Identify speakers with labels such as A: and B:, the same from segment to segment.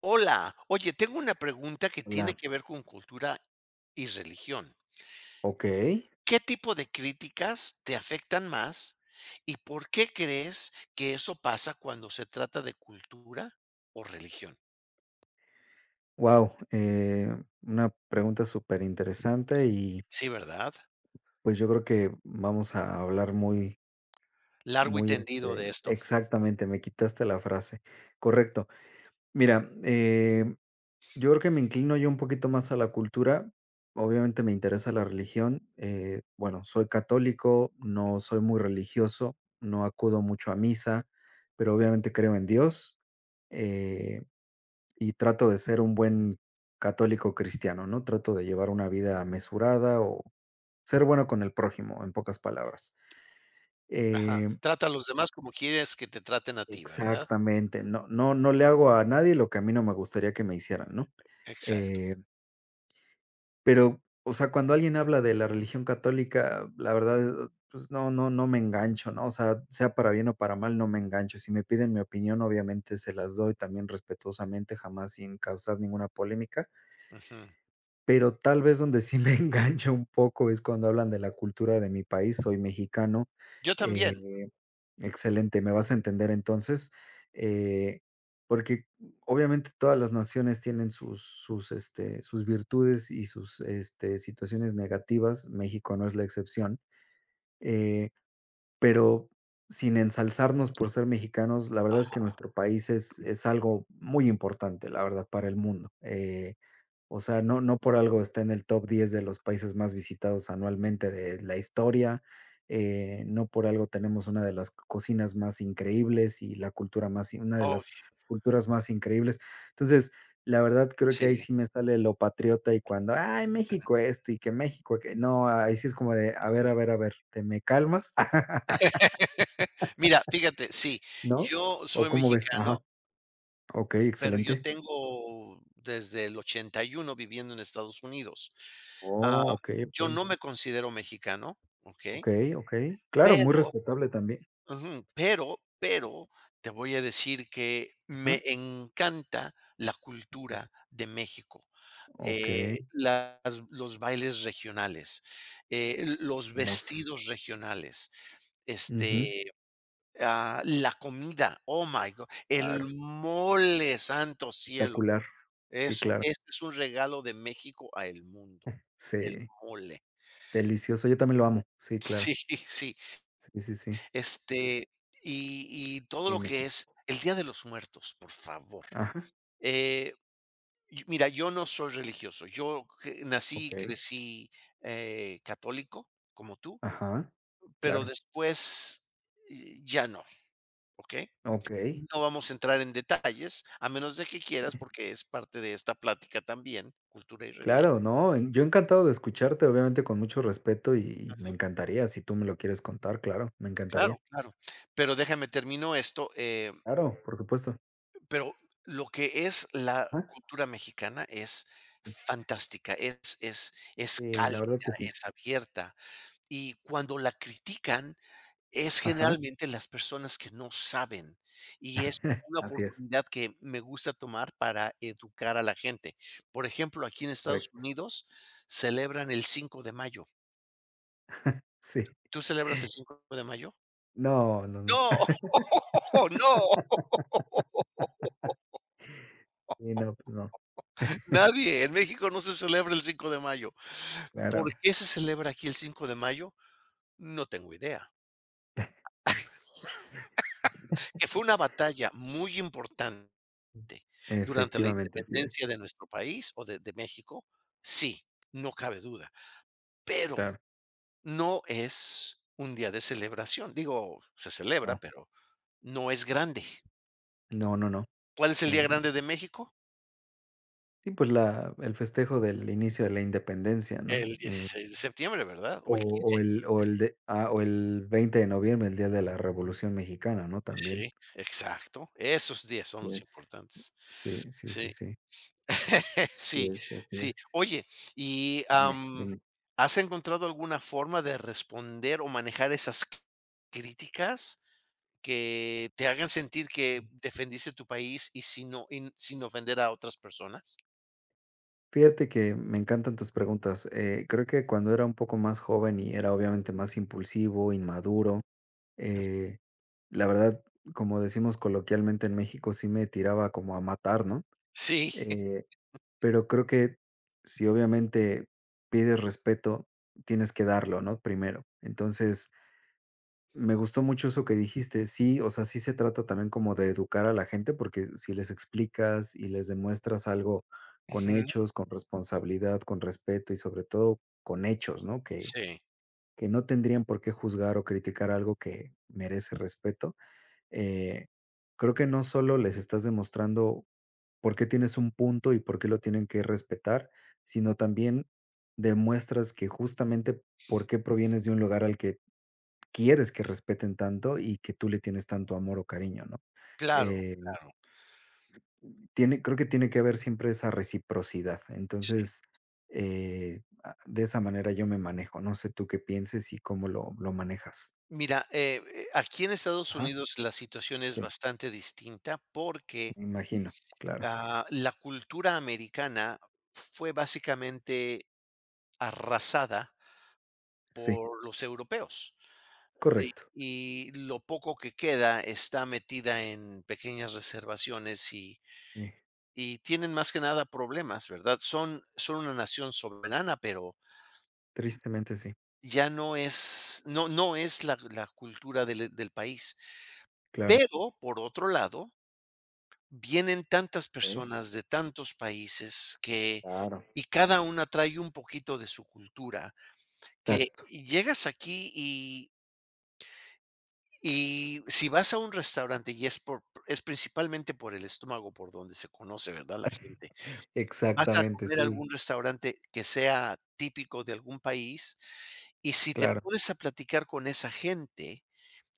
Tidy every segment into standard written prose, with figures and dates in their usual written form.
A: Hola, oye, tengo una pregunta que tiene
B: Hola,
A: que ver con cultura y religión.
B: ok,
A: ¿Qué tipo de críticas te afectan más y por qué crees que eso pasa cuando se trata de cultura o religión?
B: wow, una pregunta súper interesante y
A: Sí, ¿verdad?
B: pues yo creo que vamos a hablar muy,
A: Largo y
B: muy
A: tendido de esto.
B: exactamente, me quitaste la frase, correcto. Mira, yo creo que me inclino yo un poquito más a la cultura, obviamente me interesa la religión, bueno, soy católico, no soy muy religioso, no acudo mucho a misa, pero obviamente creo en Dios. eh, Y trato de ser un buen católico cristiano, ¿no? Trato de llevar una vida mesurada o ser bueno con el prójimo, en pocas palabras.
A: Ajá.
B: Eh,
A: Trata a los demás como quieres que te traten a ti, ¿verdad?
B: exactamente, no, no, no le hago a nadie lo que a mí no me gustaría que me hicieran, ¿no?
A: Exacto.
B: Eh, pero, o sea, cuando alguien habla de la religión católica, la verdad, pues no, no, no me engancho, ¿no? O sea, sea para bien o para mal, no me engancho. Si me piden mi opinión, obviamente se las doy también respetuosamente, jamás sin causar ninguna polémica.
A: Ujú.
B: Pero tal vez donde sí me engancho un poco es cuando hablan de la cultura de mi país, soy mexicano,
A: Yo
B: eh,
A: también.
B: excelente, me vas a entender entonces, eh, porque obviamente todas las naciones tienen sus virtudes y sus, situaciones negativas, México no es la excepción, eh, pero sin ensalzarnos por ser mexicanos, la verdad es
A: Ajá.
B: que nuestro país es algo muy importante, la verdad, para el mundo. O sea, no por algo está en el top 10 de los países más visitados anualmente de la historia, no por algo tenemos una de las cocinas más increíbles y la cultura más una de
A: Oh,
B: las culturas más increíbles. Entonces, la verdad creo que ahí
A: sí,
B: sí me sale lo patriota y cuando: "Ay, México esto y que México que", no, ahí sí es como de: "A ver, a
A: sí.
B: ver, a ver, ¿te me calmas?".
A: Mira, fíjate, sí,
B: ¿No?
A: yo
B: ¿O
A: soy
B: cómo ves?
A: mexicano.
B: Ajá. Okey,
A: Pero yo
B: excelente.
A: tengo desde el 81 viviendo en Estados Unidos. Ah,
B: Oh, okey,
A: yo
B: okey.
A: no me considero mexicano, ¿ok?
B: Okey, okey. Claro, muy
A: Pero
B: respetable también.
A: ujú, pero te voy a decir que me
B: Ajá,
A: encanta la cultura de México,
B: okey.
A: las los bailes regionales, los
B: Famosos.
A: vestidos regionales,
B: Ujú.
A: este, ah, la comida, oh my god, el
B: Claro,
A: mole, santo cielo.
B: espectacular. Sí,
A: Eso,
B: claro.
A: ese es un regalo de México a el mundo, el
B: Sí,
A: mole.
B: delicioso. Yo también lo amo. Sí, claro.
A: Sí, sí,
B: Sí, sí, sí.
A: este, y todo lo
B: Dime.
A: que es el Día de los Muertos, por favor.
B: Ajá.
A: Eh, y mira, yo no soy religioso, yo cre nací y
B: Okey.
A: crecí, católico, como tú,
B: Ajá,
A: pero
B: claro.
A: después, ya no, ¿ok?
B: Okey.
A: No vamos a entrar en detalles, a menos de que quieras, porque es parte de esta plática también, cultura y religión.
B: Claro, no, yo encantado de escucharte, obviamente con mucho respeto y me encantaría, si tú me lo quieres contar, claro, me encantaría.
A: Claro, claro. Pero déjame termino esto,
B: Claro. Por supuesto.
A: pero lo que es la
B: Ajá.
A: cultura mexicana es fantástica, es
B: Este, la verdad
A: cálida,
B: que sí.
A: es abierta, y cuando la critican, es
B: Ajá.
A: generalmente las personas que no saben, y es una
B: Así es,
A: oportunidad que me gusta tomar para educar a la gente. Por ejemplo, aquí en Estados
B: correcto.
A: Unidos celebran el 5 de mayo.
B: Sí.
A: ¿Tú celebras el 5 de mayo?
B: No, no, no.
A: No, no.
B: Sí, no, pues no.
A: Nadie, en México no se celebra el 5 de mayo. ¿Por
B: Claro.
A: qué se celebra aquí el 5 de mayo? No tengo idea. Que fue una batalla muy importante durante la
B: Efectivamente. Así es.
A: independencia de nuestro país o de México, sí, no cabe duda, pero
B: Claro.
A: no es un día de celebración. Digo, se celebra,
B: No.
A: pero no es grande.
B: No, no, no.
A: ¿Cuál es el día
B: Eh,
A: grande de México?
B: sí, pues la el festejo del inicio de la independencia, ¿no?
A: El 16 de septiembre, ¿verdad? O
B: O
A: el quince.
B: o el 20 de noviembre, el día de la Revolución Mexicana, ¿no? También.
A: Sí, exacto. Esos días son
B: Así
A: los
B: es.
A: importantes.
B: Sí, sí, sí,
A: Sí.
B: sí. Así
A: Sí,
B: es, así
A: sí.
B: es.
A: Oye, y,
B: Dime, dime.
A: ¿has encontrado alguna forma de responder o manejar esas c- críticas que te hagan sentir que defendiste tu país y sin o in sin ofender a otras personas?
B: Fíjate que me encantan tus preguntas. Creo que cuando era un poco más joven y era obviamente más impulsivo, inmaduro, eh, la verdad, como decimos coloquialmente en México, sí me tiraba como a matar, ¿no?
A: Sí.
B: Eh, pero creo que si obviamente pides respeto, tienes que darlo, ¿no? Primero. Entonces, me gustó mucho eso que dijiste. Sí, o sea, sí se trata también como de educar a la gente, porque si les explicas y les demuestras algo con
A: Ujú.
B: hechos, con responsabilidad, con respeto y sobre todo con hechos, ¿no? Que,
A: Sí.
B: que no tendrían por qué juzgar o criticar algo que merece respeto. eh, creo que no solo les estás demostrando por qué tienes un punto y por qué lo tienen que respetar, sino también demuestras que justamente por qué provienes de un lugar al que quieres que respeten tanto y que tú le tienes tanto amor o cariño, ¿no?
A: Claro,
B: Eh,
A: claro.
B: tiene, creo que tiene que haber siempre esa reciprocidad.
A: Sí.
B: Entonces, de esa manera yo me manejo. No sé tú qué pienses y cómo lo manejas.
A: Mira, aquí en Estados
B: Ajá,
A: Unidos la situación es
B: sí.
A: bastante distinta porque,
B: Me imagino, claro.
A: ah, la cultura americana fue básicamente arrasada
B: Sí,
A: por los europeos. Y
B: correcto.
A: y lo poco que queda está metida en pequeñas reservaciones
B: Sí,
A: y tienen más que nada problemas, ¿verdad? Son, son una nación soberana, pero
B: tristemente sí,
A: ya no es, no, no es la, la cultura del, del país.
B: claro.
A: Pero, por otro lado, vienen tantas
B: Sí,
A: personas de tantos países que,
B: claro.
A: y cada una trae un poquito de su cultura, que
B: Exacto.
A: llegas aquí y si vas a un restaurante y es por es principalmente por el estómago por donde se conoce, ¿verdad?, la gente. Vas a
B: Exactamente,
A: comer a
B: sí,
A: algún restaurante que sea típico de algún país, y si te
B: claro,
A: pones a platicar con esa gente,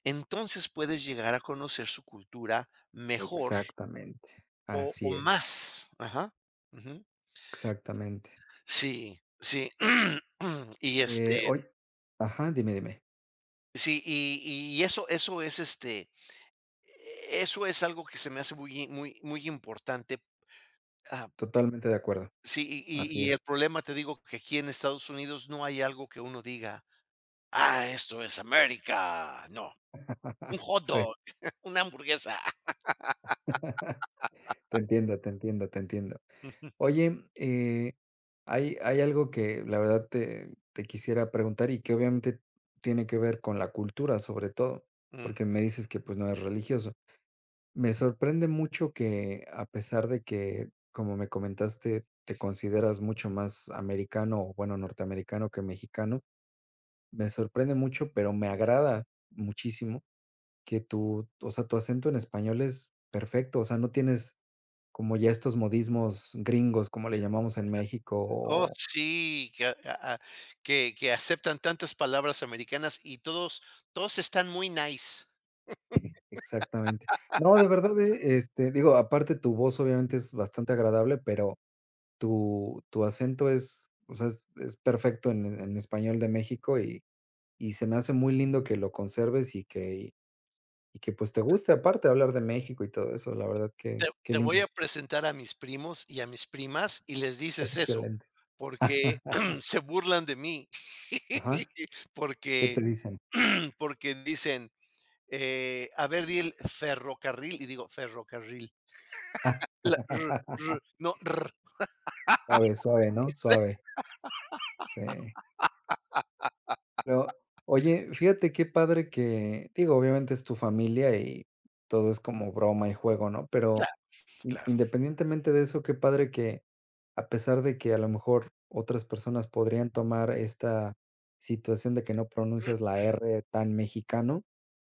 A: entonces puedes llegar a conocer su cultura mejor
B: exactamente,
A: o
B: así es,
A: más. Ajá. Ujú.
B: exactamente.
A: Sí, sí. Y, este,
B: Oy ajá, dime, dime,
A: sí, y eso eso es, este, eso es algo que se me hace muy muy muy importante, ah.
B: totalmente de acuerdo,
A: Sí, y
B: así
A: y y
B: es.
A: el problema, te digo, que aquí en Estados Unidos no hay algo que uno diga: "Ah, esto es América". No, un hot
B: Sí,
A: dog, una hamburguesa.
B: te entiendo, te entiendo, te entiendo. Oye, hay algo que la verdad te quisiera preguntar y que obviamente tiene que ver con la cultura, sobre todo,
A: Mm.
B: porque me dices que, pues, no eres religioso. Me sorprende mucho que, a pesar de que, como me comentaste, te consideras mucho más americano, o bueno, norteamericano que mexicano, me sorprende mucho, pero me agrada muchísimo que tu, o sea, tu acento en español es perfecto, o sea, no tienes como ya estos modismos gringos, como le llamamos en México,
A: Oh,
B: o
A: sí, que a que que aceptan tantas palabras americanas y todos están muy nice.
B: exactamente. No, de verdad, este, digo, aparte tu voz obviamente es bastante agradable, pero tu acento es, o sea, es perfecto en español de México y se me hace muy lindo que lo conserves y que pues, te guste, aparte, hablar de México y todo eso, la verdad
A: Te
B: que qué
A: te voy
B: lindo.
A: a presentar a mis primos y a mis primas y les dices eso,
B: Excelente.
A: porque se burlan de mí,
B: Ajá, ¿qué
A: porque
B: te dicen?
A: porque dicen eh, a ver, di el ferrocarril, y digo, ferrocarril. La r r no, r
B: Suave, suave, ¿no? Suave, sí. Pero, oye, fíjate qué padre que, digo, obviamente es tu familia y todo es como broma y juego, ¿no? Pero
A: claro, claro.
B: independientemente de eso, qué padre que a pesar de que a lo mejor otras personas podrían tomar esta situación de que no pronuncias la R tan mexicano,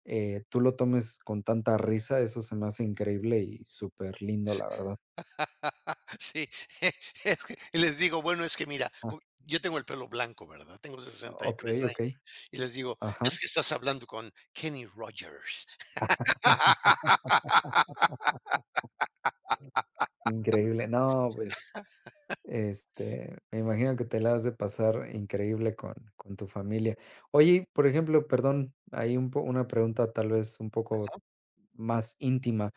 B: tú lo tomes con tanta risa, eso se me hace increíble y súper lindo, la verdad.
A: Sí, es que y les digo, bueno, es que mira,
B: Ah,
A: co yo tengo el pelo blanco, ¿verdad? Tengo sesenta y
B: ok,
A: tres
B: ok,
A: años, y les digo: "Es
B: ajá,
A: que estás hablando con Kenny Rogers".
B: increíble. No, pues. Este, me imagino que te la has de pasar increíble con tu familia. Oye, y por ejemplo, perdón, hay un po una pregunta tal vez un poco más íntima.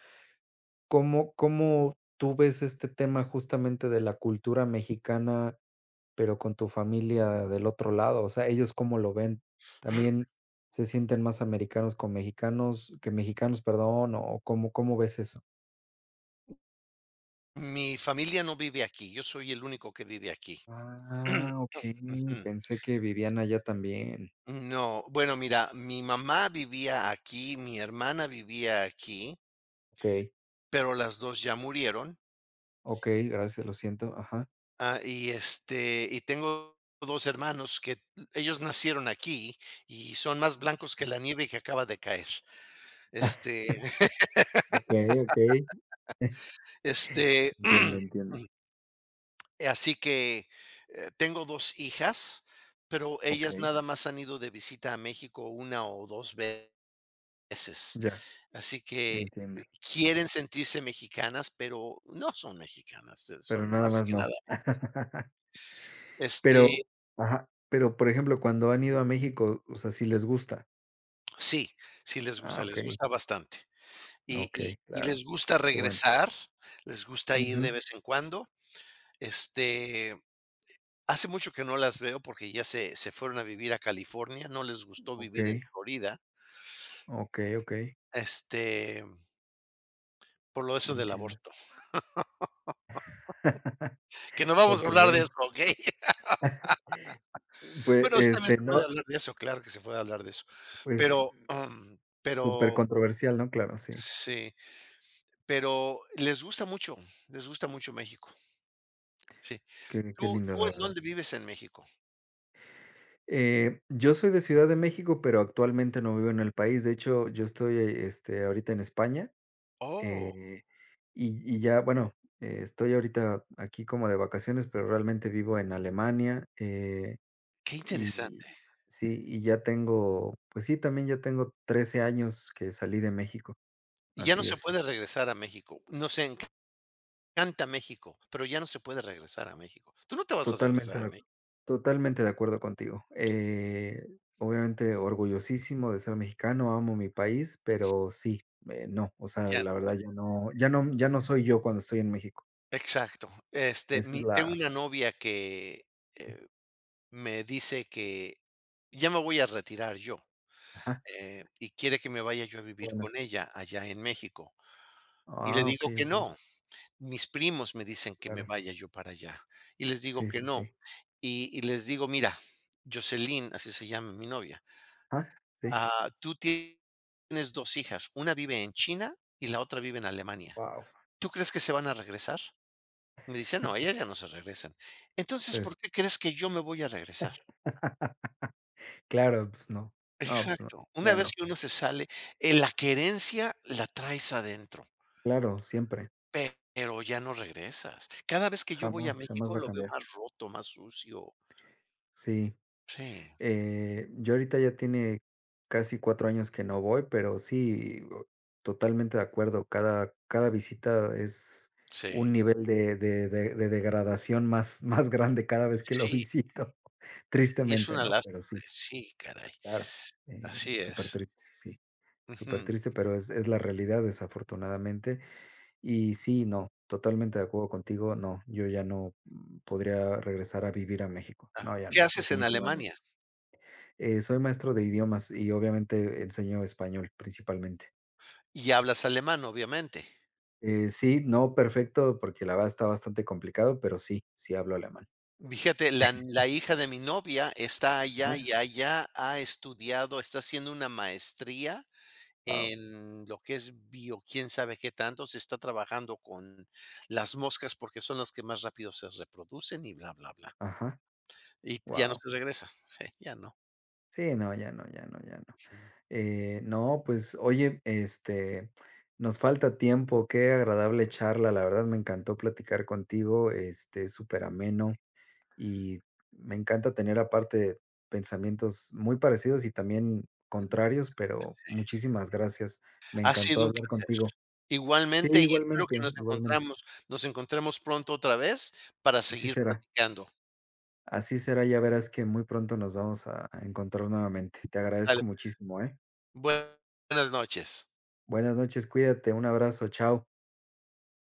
B: Cómo tú ves este tema justamente de la cultura mexicana, pero con tu familia del otro lado? O sea, ¿ellos cómo lo ven? ¿También se sienten más americanos con mexicanos que mexicanos, perdón, o cómo ves eso?
A: Mi familia no vive aquí, yo soy el único que vive aquí.
B: Ah, okey,
A: Ujú.
B: pensé que vivían allá también.
A: No, bueno, mira, mi mamá vivía aquí, mi hermana vivía aquí,
B: Okey.
A: pero las 2 ya murieron.
B: Okey, gracias, lo siento, ajá.
A: Ah, y, este, y tengo 2 hermanos que ellos nacieron aquí y son más
B: S
A: blancos que la nieve que acaba de caer. Este,
B: okey, okey.
A: este,
B: Entiendo, entiendo.
A: así que, tengo 2 hijas, pero ellas
B: Okey,
A: nada más han ido de visita a México una o 2 veces.
B: ya,
A: Así que, eh,
B: entiendo,
A: quieren sentirse mexicanas, pero no son mexicanas,
B: pero
A: son
B: nada
A: más
B: más
A: que
B: no.
A: nada, este,
B: Pero, ajá, pero, por ejemplo, cuando han ido a México, o sea, sí les gusta.
A: sí, sí
B: Ah,
A: les
B: okey,
A: gusta bastante. Y y
B: okey,
A: y
B: claro,
A: les gusta
B: qué bueno.
A: regresar, les gusta ir
B: Ujú.
A: de vez en cuando. Este, hace mucho que no las veo porque ya se se fueron a vivir a California, no les gustó vivir en
B: Okey,
A: Florida,
B: okey, okey,
A: este, por lo eso del
B: entiendo.
A: aborto, que no vamos a hablar de
B: Okey,
A: eso, ¿ok?
B: pues,
A: Bueno, sí también
B: este,
A: se puede
B: no,
A: hablar de eso, claro que se puede hablar de eso. Pero,
B: pues,
A: pero
B: súper controversial, ¿no? Claro, sí,
A: sí, pero les gusta mucho México, sí.
B: qué qué
A: ¿Tú
B: lindo,
A: tú
B: la
A: en
B: verdad.
A: dónde vives en México?
B: Yo soy de Ciudad de México, pero actualmente no vivo en el país. De hecho, yo estoy, este, ahorita en España,
A: Oh,
B: eh, y, bueno, estoy ahorita aquí como de vacaciones, pero realmente vivo en Alemania,
A: qué
B: y
A: interesante.
B: sí, y ya tengo, pues sí, también ya tengo 13 años que salí de México,
A: Y ya no
B: así
A: se
B: es.
A: puede regresar a México. Nos encanta México, pero ya no se puede regresar a México. Tú no te vas a
B: Totalmente
A: regresar a
B: de acuerdo.
A: México.
B: Totalmente de acuerdo contigo. Obviamente orgullosísimo de ser mexicano, amo mi país, pero sí, no, o sea,
A: Ya no.
B: la verdad ya no, ya no, ya no soy yo cuando estoy en México.
A: Exacto. Este,
B: Esa es
A: mi tengo
B: la,
A: una novia que, eh, me dice que ya me voy a retirar yo,
B: ajá,
A: y quiere que me vaya yo a vivir
B: bueno.
A: con ella allá en México. Y le
B: Ah,
A: digo
B: okey,
A: que
B: okey,
A: no. Mis primos me dicen que me
B: claro.
A: vaya yo para allá, y les digo
B: Sí,
A: que
B: sí,
A: no.
B: sí.
A: Y les digo: "Mira", Jocelyn, así se llama mi novia.
B: Ajá, sí.
A: Ah, tú ti- tienes 2 hijas, una vive en China y la otra vive en Alemania.
B: Wow.
A: ¿Tú crees que se van a regresar? Me dice: "No, ellas ya no se regresan". Entonces, ¿por
B: Pues,
A: qué crees que yo me voy a regresar?
B: claro, pues no. No, pues no,
A: Exacto. Una
B: ya
A: vez
B: no.
A: que uno se sale, la querencia la traes adentro,
B: Claro, siempre.
A: pe- pero ya no regresas. Cada vez que yo voy a
B: Jamás, jamás
A: México
B: va a
A: lo veo
B: cambiar.
A: más roto, más sucio.
B: Sí.
A: Sí,
B: Yo ahorita ya tiene casi 4 años que no voy, pero sí, o totalmente de acuerdo. Cada visita es un
A: sí,
B: nivel de degradación más más grande cada vez que lo
A: sí,
B: visito.
A: y es
B: Tristemente,
A: una
B: ¿no?
A: lástima.
B: Pero sí,
A: Sí, caray.
B: claro.
A: Así
B: Súper
A: es.
B: triste, sí, súper
A: Ujú.
B: triste, pero es la realidad, desafortunadamente. Y sí, no, totalmente de acuerdo contigo. No, yo ya no, podría regresar a vivir a México. No,
A: Ajá.
B: ya
A: ¿Qué
B: no,
A: haces en
B: definitivamente.
A: Alemania?
B: Soy maestro de idiomas y obviamente enseño español principalmente.
A: Y hablas alemán, obviamente.
B: Sí, no perfecto, porque la verdad está bastante complicado, pero sí, sí hablo alemán.
A: Fíjate, la la hija de mi novia está allá,
B: Ajá.
A: y allá ha estudiado, está haciendo una maestría
B: Wao.
A: en lo que es bio quién sabe qué tanto, se está trabajando con las moscas porque son las que más rápido se reproducen y bla bla bla.
B: Ajá,
A: Y ya no
B: wow.
A: se regresa, sí, ya no.
B: Sí, no, ya no, ya no, ya no. No, pues oye, nos falta tiempo, qué agradable charla, la verdad me encantó platicar contigo, este, súper ameno. Y me encanta tener aparte pensamientos muy parecidos y también contrarios, pero muchísimas gracias. Me
A: Ha
B: encantó
A: sido un
B: hablar
A: placer.
B: contigo. Sí,
A: Igualmente, y espero que
B: igualmente,
A: nos
B: igualmente.
A: encontramos nos encontremos pronto otra vez para
B: Así
A: seguir
B: será.
A: platicando.
B: Así será, ya verás que muy pronto nos vamos a encontrar nuevamente. Te
A: Sale.
B: agradezco muchísimo, ¿eh?
A: Buenas noches.
B: Buenas noches, cuídate, un abrazo, chao.